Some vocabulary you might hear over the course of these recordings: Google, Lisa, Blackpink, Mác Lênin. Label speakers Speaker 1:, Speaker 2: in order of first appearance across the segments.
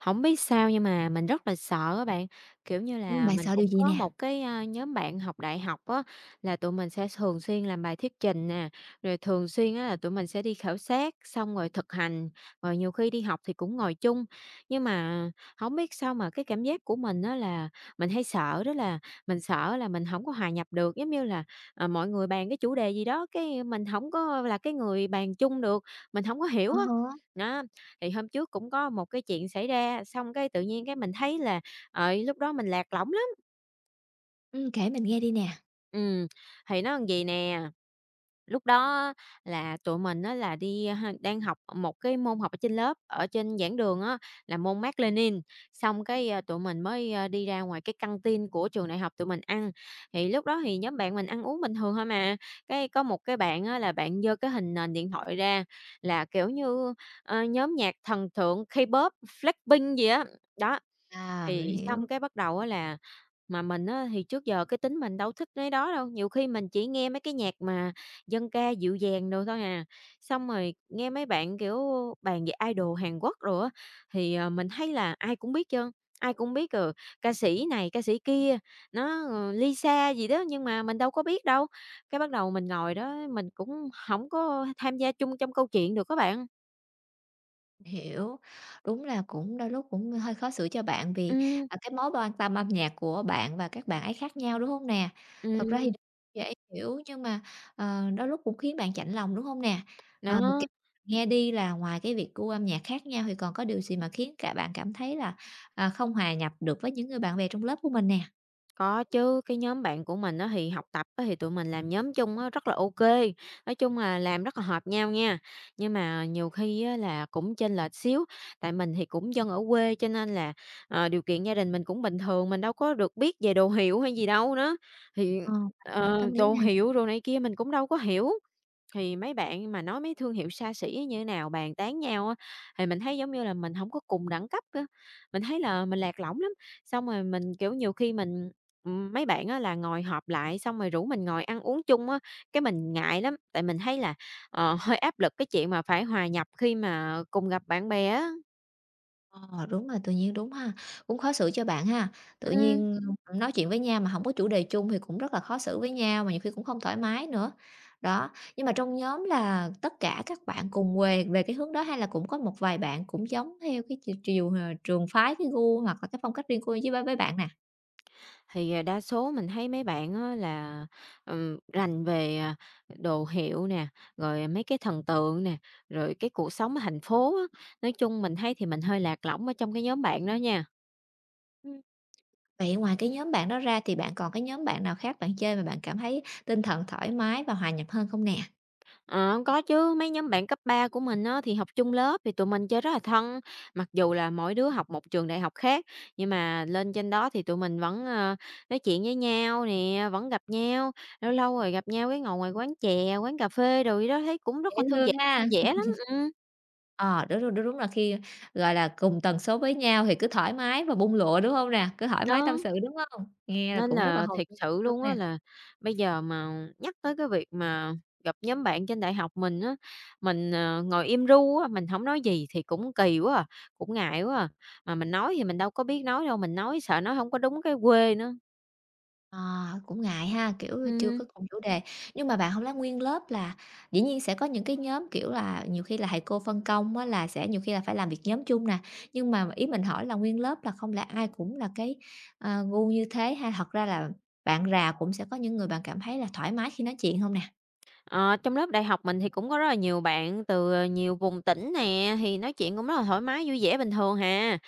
Speaker 1: Không biết sao nhưng mà mình rất là sợ các bạn, kiểu như là,
Speaker 2: Bạn
Speaker 1: mình
Speaker 2: sợ điều
Speaker 1: cũng
Speaker 2: gì
Speaker 1: có
Speaker 2: nè?
Speaker 1: một cái, nhóm bạn học đại học á, là tụi mình sẽ thường xuyên làm bài thuyết trình nè, rồi thường xuyên á là tụi mình sẽ đi khảo sát, xong rồi thực hành, rồi nhiều khi đi học thì cũng ngồi chung. Nhưng mà không biết sao mà cái cảm giác của mình á là mình hay sợ đó là mình sợ là mình không có hòa nhập được, giống như là, mọi người bàn cái chủ đề gì đó, cái mình không có là cái người bàn chung được, mình không có
Speaker 2: À
Speaker 1: hiểu á.
Speaker 2: há.
Speaker 1: Đó. Thì hôm trước cũng có một cái chuyện xảy ra, xong cái tự nhiên cái mình thấy là, lúc đó mình lạc lõng lắm.
Speaker 2: Kể mình nghe đi nè.
Speaker 1: Ừm, thì nó làm gì nè, lúc đó là tụi mình á là đi, đang học một cái môn học ở trên lớp, ở trên giảng đường á, là môn Mác Lênin, xong cái, tụi mình mới, đi ra ngoài cái căng tin của trường đại học tụi mình ăn. Thì lúc đó thì nhóm bạn mình ăn uống bình thường thôi mà, cái có một cái bạn á là bạn giơ cái hình nền điện thoại ra là, kiểu như, nhóm nhạc thần tượng K-pop, Blackpink gì á, đó,
Speaker 2: Mình
Speaker 1: thì xong
Speaker 2: hiểu,
Speaker 1: cái bắt đầu á là mà mình á thì trước giờ cái tính mình đâu thích mấy đó đâu, nhiều khi mình chỉ nghe mấy cái nhạc mà dân ca dịu dàng đồ thôi à. Xong rồi nghe mấy bạn, kiểu, bàn về idol Hàn Quốc rồi á, thì, mình thấy là ai cũng biết trơn, ai cũng biết, rồi ca sĩ này, ca sĩ kia, nó, Lisa gì đó, nhưng mà mình đâu có biết đâu. Cái bắt đầu mình ngồi đó mình cũng không có tham gia chung trong câu chuyện được các bạn.
Speaker 2: mình hiểu. Đúng là cũng đôi lúc cũng hơi khó xử cho bạn vì,
Speaker 1: Ừm,
Speaker 2: à, cái mối quan tâm âm nhạc của bạn và các bạn ấy khác nhau, đúng hông nè? Thật ra thì
Speaker 1: ừm,
Speaker 2: dễ hiểu nhưng mà đôi lúc cũng khiến bạn chạnh lòng, đúng hông nè? Kể
Speaker 1: đó.
Speaker 2: nghe đi là ngoài cái việc gu âm nhạc khác nhau thì còn có điều gì mà khiến cả bạn cảm thấy là không hòa nhập được với những người bạn bè trong lớp của mình nè?
Speaker 1: Có chứ, cái nhóm bạn của mình á thì học tập á thì tụi mình làm nhóm chung á rất là OK, nói chung là làm rất là hợp nhau nha. Nhưng mà nhiều khi á là cũng chênh lệch xíu, tại mình thì cũng dân ở quê cho nên là, điều kiện gia đình mình cũng bình thường, mình đâu có được biết về đồ hiệu hay gì đâu nữa, thì,
Speaker 2: Ờ, mình hiểu tâm lý
Speaker 1: đồ
Speaker 2: nè.
Speaker 1: hiệu đồ này kia mình cũng đâu có hiểu. Thì mấy bạn mà nói mấy thương hiệu xa xỉ á như thế nào, bàn tán nhau á, thì mình thấy giống như là mình không có cùng đẳng cấp á, mình thấy là mình lạc lõng lắm. Xong rồi mình, kiểu, nhiều khi mình mấy bạn á là ngồi họp lại xong rồi rủ mình ngồi ăn uống chung á, cái mình ngại lắm, tại mình thấy là, hơi áp lực cái chuyện mà phải hòa nhập khi mà cùng gặp bạn bè á.
Speaker 2: Ờ, đúng rồi, tự nhiên đúng ha, cũng khó xử cho bạn ha. Tự
Speaker 1: Ừm.
Speaker 2: nhiên nói chuyện với nhau mà không có chủ đề chung thì cũng rất là khó xử với nhau, mà nhiều khi cũng không thoải mái nữa. Đó, nhưng mà trong nhóm là tất cả các bạn cùng quê về cái hướng đó hay là cũng có một vài bạn cũng giống theo cái chiều chiều, ờ, trường phái, cái gu hoặc là cái phong cách riêng của với bạn nè?
Speaker 1: Thì, đa số mình thấy mấy bạn á là, rành về, đồ hiệu nè, rồi mấy cái thần tượng nè, rồi cái cuộc sống ở thành phố á. Nói chung mình thấy thì mình hơi lạc lõng ở trong cái nhóm bạn đó nha.
Speaker 2: Ừm. Vậy ngoài cái nhóm bạn đó ra thì bạn còn cái nhóm bạn nào khác bạn chơi mà bạn cảm thấy tinh thần thoải mái và hòa nhập hơn không nè?
Speaker 1: Ờ, có chứ, mấy nhóm bạn cấp 3 của mình á thì học chung lớp thì tụi mình chơi rất là thân, mặc dù là mỗi đứa học một trường đại học khác, nhưng mà lên trên đó thì tụi mình vẫn, nói chuyện với nhau nè, vẫn gặp nhau, lâu lâu rồi gặp nhau cái ngồi ngoài quán chè, quán cà phê rồi gì đó, thấy cũng rất
Speaker 2: Dễ
Speaker 1: là thư
Speaker 2: thương
Speaker 1: giãn,
Speaker 2: ha.
Speaker 1: vui vẻ lắm.
Speaker 2: Ờ, đúng, đúng, đúng, là gọi là, cùng tần số với nhau thì cứ thoải mái và bung lụa, đúng không nè? Cứ thoải mái tâm
Speaker 1: Đó,
Speaker 2: sự, đúng không? Nghe là
Speaker 1: nên
Speaker 2: cũng rất là
Speaker 1: là
Speaker 2: hồn
Speaker 1: thiệt
Speaker 2: nhiên dễ
Speaker 1: sự
Speaker 2: thương
Speaker 1: luôn á
Speaker 2: nè.
Speaker 1: là bây giờ mà nhắc tới cái việc mà gặp nhóm bạn trên đại học mình á, mình, ngồi im ru á, mình không nói gì thì cũng kỳ quá à, cũng ngại quá à. Mà mình nói thì mình đâu có biết nói đâu, mình nói sợ nói không có đúng cái quê nữa.
Speaker 2: Ờ, cũng ngại ha, kiểu, chưa có
Speaker 1: Ừm.
Speaker 2: cùng chủ đề. Nhưng mà bạn không lẽ nguyên lớp là dĩ nhiên sẽ có những cái nhóm, kiểu là, nhiều khi là thầy cô phân công á là sẽ nhiều khi là phải làm việc nhóm chung nè, nhưng mà ý mình hỏi là nguyên lớp là không lẽ ai cũng là cái, gu như thế ha? Thật ra là bạn rà cũng sẽ có những người bạn cảm thấy là thoải mái khi nói chuyện không nè?
Speaker 1: Ờ, trong lớp đại học mình thì cũng có rất là nhiều bạn từ nhiều vùng tỉnh nè, thì nói chuyện cũng rất là thoải mái, vui vẻ bình thường hà.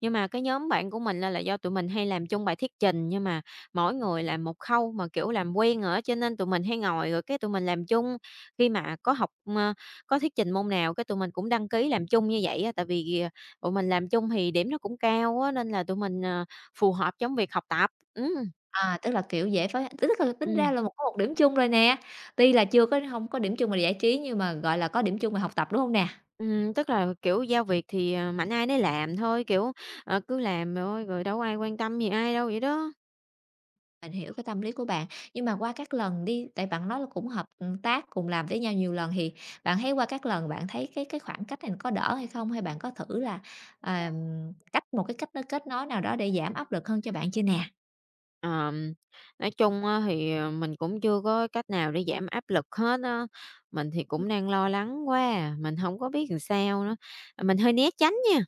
Speaker 1: Nhưng mà cái nhóm bạn của mình là do tụi mình hay làm chung bài thuyết trình, nhưng mà mỗi người làm một khâu mà, kiểu, làm quen rồi á, cho nên tụi mình hay ngồi rồi cái tụi mình làm chung. Khi mà có học, ơ, có thuyết trình môn nào cái tụi mình cũng đăng ký làm chung như vậy á, tại vì, tụi mình làm chung thì điểm nó cũng cao á, nên là tụi mình, phù hợp trong việc học tập.
Speaker 2: Tức là, kiểu, dễ phối tức là tính ra
Speaker 1: Ừm.
Speaker 2: là một có một điểm chung rồi nè, tuy là chưa có hông có điểm chung về giải trí nhưng mà, gọi là, có điểm chung về học tập, đúng hông nè?
Speaker 1: Tức là, kiểu, giao việc thì, mạnh ai nấy làm thôi, kiểu, cứ làm thôi rồi đâu có ai quan tâm gì ai đâu vậy đó.
Speaker 2: Mình hiểu cái tâm lý của bạn, nhưng mà qua các lần đi tại bạn nói là cũng hợp, tác, cùng làm với nhau nhiều lần thì bạn thấy qua các lần bạn thấy cái khoảng cách này có đỡ hay không? Hay bạn có thử là, à, cách một cái cách nó kết nối nào đó để giảm áp lực hơn cho bạn chưa nè?
Speaker 1: Ờm, nói chung á thì, mình cũng chưa có cách nào để giảm áp lực hết á, mình thì
Speaker 2: Ừm,
Speaker 1: cũng đang lo lắng quá à, mình hổng có biết làm sao nữa, mình hơi né tránh nha.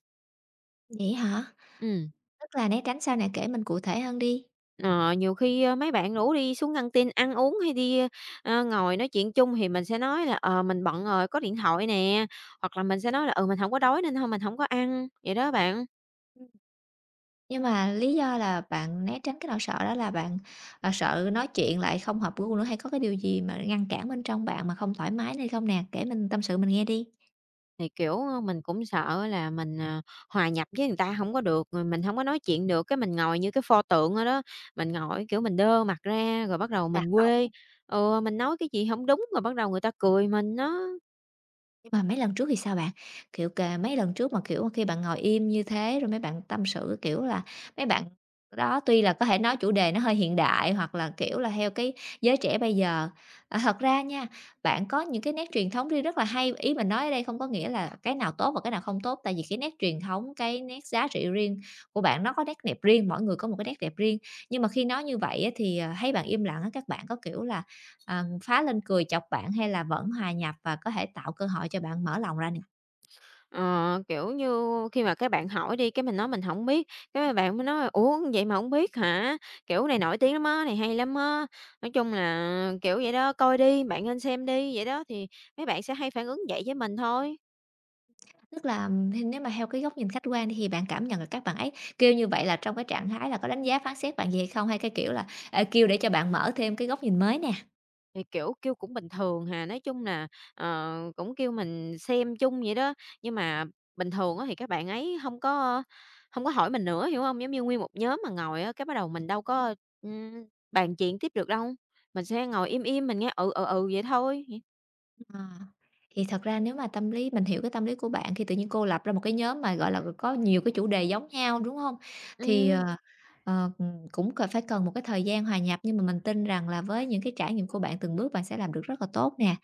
Speaker 2: vậy hả?
Speaker 1: Ừm,
Speaker 2: Tức là né tránh sao nè, kể mình cụ thể hơn đi.
Speaker 1: ờ, nhiều khi, mấy bạn rủ đi xuống căng tin ăn uống hay đi, ngồi nói chuyện chung thì mình sẽ nói là "Ờ, mình bận rồi, có điện thoại nè", hoặc là mình sẽ nói là "Ừ, mình hổng có đói nên thôi mình hổng có ăn", vậy đó bạn.
Speaker 2: Nhưng mà lý do là bạn né tránh cái nỗi sợ đó là bạn sợ nói chuyện lại không hợp gu nữa, hay có cái điều gì mà ngăn cản bên trong bạn mà không thoải mái nên không nè? Kể mình tâm sự mình nghe đi.
Speaker 1: Thì, kiểu, mình cũng sợ là mình, hòa nhập với người ta không có được, rồi mình không có nói chuyện được, cái mình ngồi như cái pho tượng vậy đó. Mình ngồi, kiểu, mình đơ mặt ra rồi bắt đầu
Speaker 2: Lạc
Speaker 1: mình
Speaker 2: lõng.
Speaker 1: quê, mình nói cái gì không đúng rồi bắt đầu người ta cười mình á.
Speaker 2: Nhưng mà mấy lần trước thì sao bạn? Kiểu, cà mấy lần trước mà, kiểu, khi bạn ngồi im như thế rồi mấy bạn tâm sự, kiểu là, mấy bạn đó tuy là có thể nói chủ đề nó hơi hiện đại hoặc là, kiểu là, theo cái giới trẻ bây giờ. Thật ra nha, bạn có những cái nét truyền thống riêng rất là hay, ý mình nói ở đây không có nghĩa là cái nào tốt và cái nào không tốt, tại vì cái nét truyền thống, cái nét giá trị riêng của bạn nó có nét đẹp riêng, mỗi người có một cái nét đẹp riêng. Nhưng mà khi nói như vậy á thì thấy bạn im lặng á, các bạn có, kiểu là, ờ, phá lên cười chọc bạn hay là vẫn hòa nhập và có thể tạo cơ hội cho bạn mở lòng ra nè?
Speaker 1: Ờ, kiểu như, khi mà các bạn hỏi đi, cái mình nói mình không biết, cái mấy bạn mới nói: "Ủa, vậy mà không biết hả? Kiểu, này nổi tiếng lắm á, này hay lắm á." Nói chung là, kiểu vậy đó, "Coi đi, bạn nên xem đi." Vậy đó, thì mấy bạn sẽ hay phản ứng vậy với mình thôi.
Speaker 2: Tức là thì nếu mà theo cái góc nhìn khách quan thì bạn cảm nhận là các bạn ấy kêu như vậy là trong cái trạng thái là có đánh giá phán xét bạn gì hay không? Hay cái kiểu là, kêu để cho bạn mở thêm cái góc nhìn mới nè?
Speaker 1: Thì, kiểu, kêu cũng bình thường hà, nói chung là, cũng kêu mình xem chung vậy đó. Nhưng mà bình thường á thì các bạn ấy không có hỏi mình nữa, hiểu không? Giống như nguyên một nhóm mà ngồi á, cái bắt đầu mình đâu có, ừm, bàn chuyện tiếp được đâu. Mình sẽ ngồi im im, mình nghe "ừ, ừ, ừ" vậy thôi.
Speaker 2: Ờ, thì thật ra nếu mà tâm lý mình hiểu cái tâm lý của bạn khi tự nhiên cô lập ra một cái nhóm mà, gọi là, có nhiều cái chủ đề giống nhau, đúng không? Thì, ờ,
Speaker 1: Ừm,
Speaker 2: ờ, cũng cần phải cần một cái thời gian hòa nhập nhưng mà mình tin rằng là với những cái trải nghiệm của bạn từng bước bạn sẽ làm được rất là tốt nè.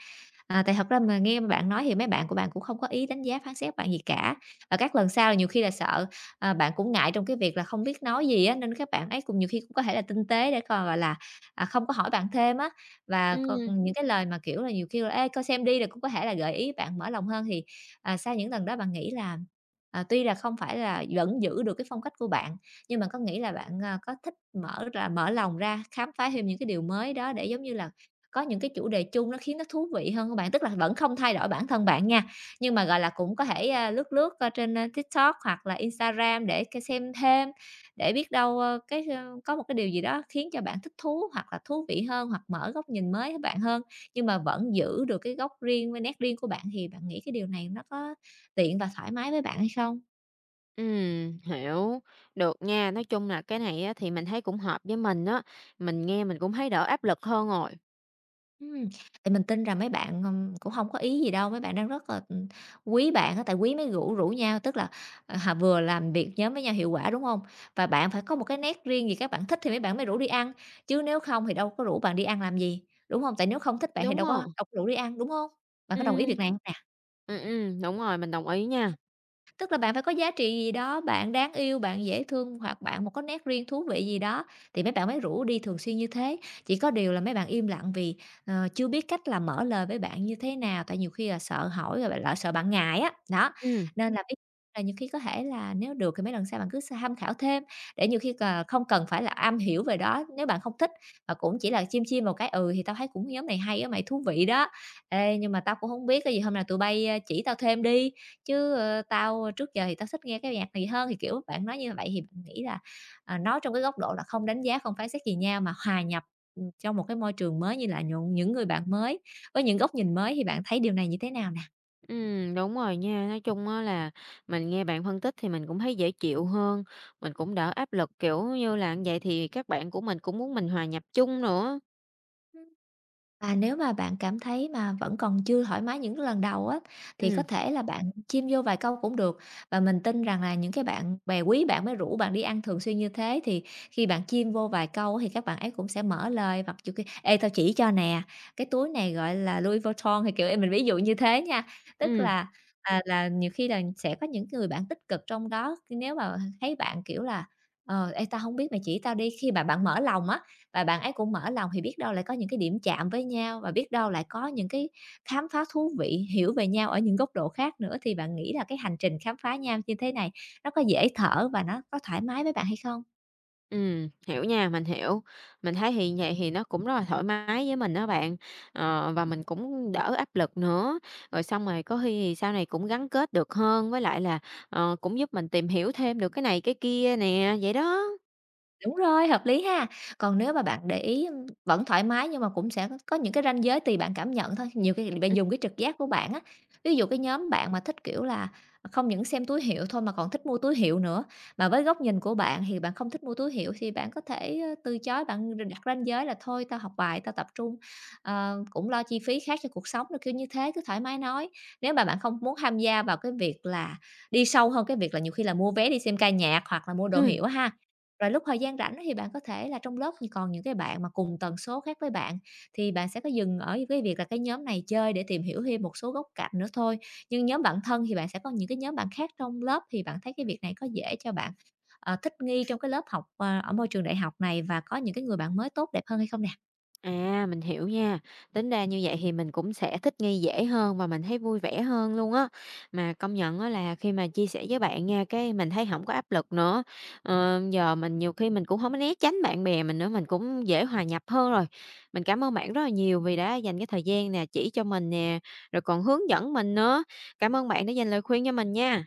Speaker 2: Tại thật ra mà nghe bạn nói thì mấy bạn của bạn cũng không có ý đánh giá phán xét bạn gì cả. Và các lần sau là nhiều khi là sợ, bạn cũng ngại trong cái việc là không biết nói gì á, nên các bạn ấy cũng nhiều khi cũng có thể là tinh tế để còn, gọi là, không có hỏi bạn thêm á. Và còn
Speaker 1: ừm,
Speaker 2: những cái lời mà, kiểu là, nhiều khi là "Ê, coi xem đi" là cũng có thể là gợi ý bạn mở lòng hơn. Thì sau những lần đó bạn nghĩ là tuy là không phải là vẫn giữ được cái phong cách của bạn, nhưng mà có nghĩ là bạn có thích mở lòng ra khám phá thêm những cái điều mới đó để, giống như là, có những cái chủ đề chung nó khiến nó thú vị hơn các bạn? Tức là vẫn không thay đổi bản thân bạn nha, nhưng mà, gọi là, cũng có thể, lướt lướt trên TikTok hoặc là Instagram để c xem thêm, để biết đâu, có một cái điều gì đó khiến cho bạn thích thú hoặc là thú vị hơn, hoặc mở góc nhìn mới các bạn hơn, nhưng mà vẫn giữ được cái góc riêng với nét riêng của bạn, thì bạn nghĩ cái điều này nó có tiện và thoải mái với bạn hay không?
Speaker 1: hiểu. Được nha, nói chung là cái này á thì mình thấy cũng hợp với mình á, mình nghe mình cũng thấy đỡ áp lực hơn rồi.
Speaker 2: Ừm, thì mình tin rằng mấy bạn cũng không có ý gì đâu, mấy bạn đang rất là quý bạn á, tại quý mới rủ rủ nhau, tức là, h vừa làm việc nhóm với nhau hiệu quả, đúng không? Và bạn phải có một cái nét riêng gì các bạn thích thì mấy bạn mới rủ đi ăn, chứ nếu không thì đâu có rủ bạn đi ăn làm gì, đúng không? Tại nếu không thích bạn thì
Speaker 1: Đúng rồi,
Speaker 2: đâu có rủ đi ăn, đúng không? Bạn có đồng ý việc
Speaker 1: ừm,
Speaker 2: này không?
Speaker 1: đúng rồi, mình đồng ý nha.
Speaker 2: Tức là bạn phải có giá trị gì đó, bạn đáng yêu, bạn dễ thương hoặc bạn một có nét riêng thú vị gì đó thì mấy bạn mới rủ đi thường xuyên như thế. Chỉ có điều là mấy bạn im lặng vì chưa biết cách là mở lời với bạn như thế nào, tại nhiều khi là sợ hỏi rồi bạn lại sợ bạn ngại á, đó.
Speaker 1: Ừm.
Speaker 2: Nên là biết là nhiều khi có thể là nếu được thì mấy lần sau bạn cứ tham khảo thêm, để nhiều khi là không cần phải là am hiểu về đó, nếu bạn không thích và cũng chỉ là chim chiêm một cái "Ừ, thì tao thấy cũng nhóm này hay á mày, thú vị đó. Ê, nhưng mà tao cũng không biết, cái gì hôm nào tụi bay, chỉ tao thêm đi." Chứ tao trước giờ thì tao thích nghe cái nhạc này hơn, thì, kiểu, bạn nói như vậy thì bạn nghĩ là, nói trong cái góc độ là không đánh giá, không phán xét gì nhau mà hòa nhập, trong một cái môi trường mới như là nhuộn những người bạn mới, với những góc nhìn mới thì bạn thấy điều này như thế nào nè?
Speaker 1: Đúng rồi nha. Nói chung á là mình nghe bạn phân tích thì mình cũng thấy dễ chịu hơn, mình cũng đỡ áp lực, kiểu như là, như vậy thì các bạn của mình cũng muốn mình hòa nhập chung nữa.
Speaker 2: Và nếu mà bạn cảm thấy mà vẫn còn chưa thoải mái những cái lần đầu á, thì có
Speaker 1: Ừm,
Speaker 2: thể là bạn chim vô vài câu cũng được. Và mình tin rằng là những cái bạn bè quý bạn mới rủ bạn đi ăn thường xuyên như thế, thì khi bạn chim vô vài câu thì các bạn ấy cũng sẽ mở lời hoặc kiểu khi: "Ê, tao chỉ cho nè, cái túi này gọi là Louis Vuitton", thì, kiểu, ê, mình ví dụ như thế nha. Tức
Speaker 1: ừm,
Speaker 2: là, là nhiều khi là sẽ có những người bạn tích cực trong đó, nếu mà thấy bạn, kiểu là "Ờ, ê, tao không biết mày chỉ tao đi", khi mà bạn mở lòng á, và bạn ấy cũng mở lòng thì biết đâu lại có những cái điểm chạm với nhau và biết đâu lại có những cái khám phá thú vị, hiểu về nhau ở những góc độ khác nữa, thì bạn nghĩ là cái hành trình khám phá nhau như thế này nó có dễ thở và nó có thoải mái với bạn hay không?
Speaker 1: hiểu nha, mình hiểu. Mình thấy thì vậy thì nó cũng rất là thoải mái với mình đó bạn, và mình cũng đỡ áp lực nữa. Rồi xong rồi có khi thì sau này cũng gắn kết được hơn, với lại là, cũng giúp mình tìm hiểu thêm được cái này cái kia nè, vậy đó.
Speaker 2: Đúng rồi, hợp lý ha. Còn nếu mà bạn để ý, ưm, vẫn thoải mái nhưng mà cũng sẽ có những cái ranh giới tùy bạn cảm nhận thôi. Nhiều khi bạn dùng cái trực giác của bạn á. Ví dụ cái nhóm bạn mà thích, kiểu là, không những xem túi hiệu thôi mà còn thích mua túi hiệu nữa, mà với góc nhìn của bạn thì bạn không thích mua túi hiệu thì bạn có thể từ chối, bạn r đặt ranh giới là "Thôi tao học bài, tao tập trung, cũng lo chi phí khác cho cuộc sống" rồi kiểu như thế, cứ thoải mái nói. Nếu mà bạn không muốn tham gia vào cái việc là đi sâu hơn, cái việc là nhiều khi là mua vé đi xem ca nhạc hoặc là mua đồ
Speaker 1: Ừm.
Speaker 2: hiệu ha, rồi lúc thời gian rảnh thì bạn có thể là trong lớp thì còn những cái bạn mà cùng tần số khác với bạn, thì bạn sẽ có dừng ở cái việc là cái nhóm này chơi để tìm hiểu thêm một số góc cạnh nữa thôi. Nhưng nhóm bạn thân thì bạn sẽ có những cái nhóm bạn khác trong lớp, thì bạn thấy cái việc này có dễ cho bạn thích nghi trong cái lớp học ở môi trường đại học này và có những cái người bạn mới tốt đẹp hơn hay không nè?
Speaker 1: À, mình hiểu nha. Tính ra như vậy thì mình cũng sẽ thích nghi dễ hơn và mình thấy vui vẻ hơn luôn á. Mà công nhận á là khi mà chia sẻ với bạn nha, cái mình thấy không có áp lực nữa. Giờ mình nhiều khi mình cũng không có né tránh bạn bè mình nữa, mình cũng dễ hòa nhập hơn rồi. Mình cảm ơn bạn rất là nhiều vì đã dành cái thời gian nè, chỉ cho mình nè, rồi còn hướng dẫn mình nữa. Cảm ơn bạn đã dành lời khuyên cho mình nha.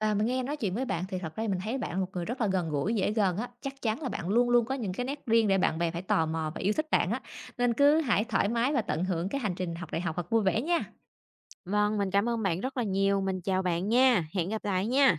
Speaker 2: Và mình nghe nói chuyện với bạn thì thật ra mình thấy bạn là một người rất là gần gũi, dễ gần á, chắc chắn là bạn luôn luôn có những cái nét riêng để bạn bè phải tò mò và yêu thích bạn á, nên cứ hãy thoải mái và tận hưởng cái hành trình học đại học thật vui vẻ nha.
Speaker 1: Vâng, mình cảm ơn bạn rất là nhiều. Mình chào bạn nha. Hẹn gặp lại nha.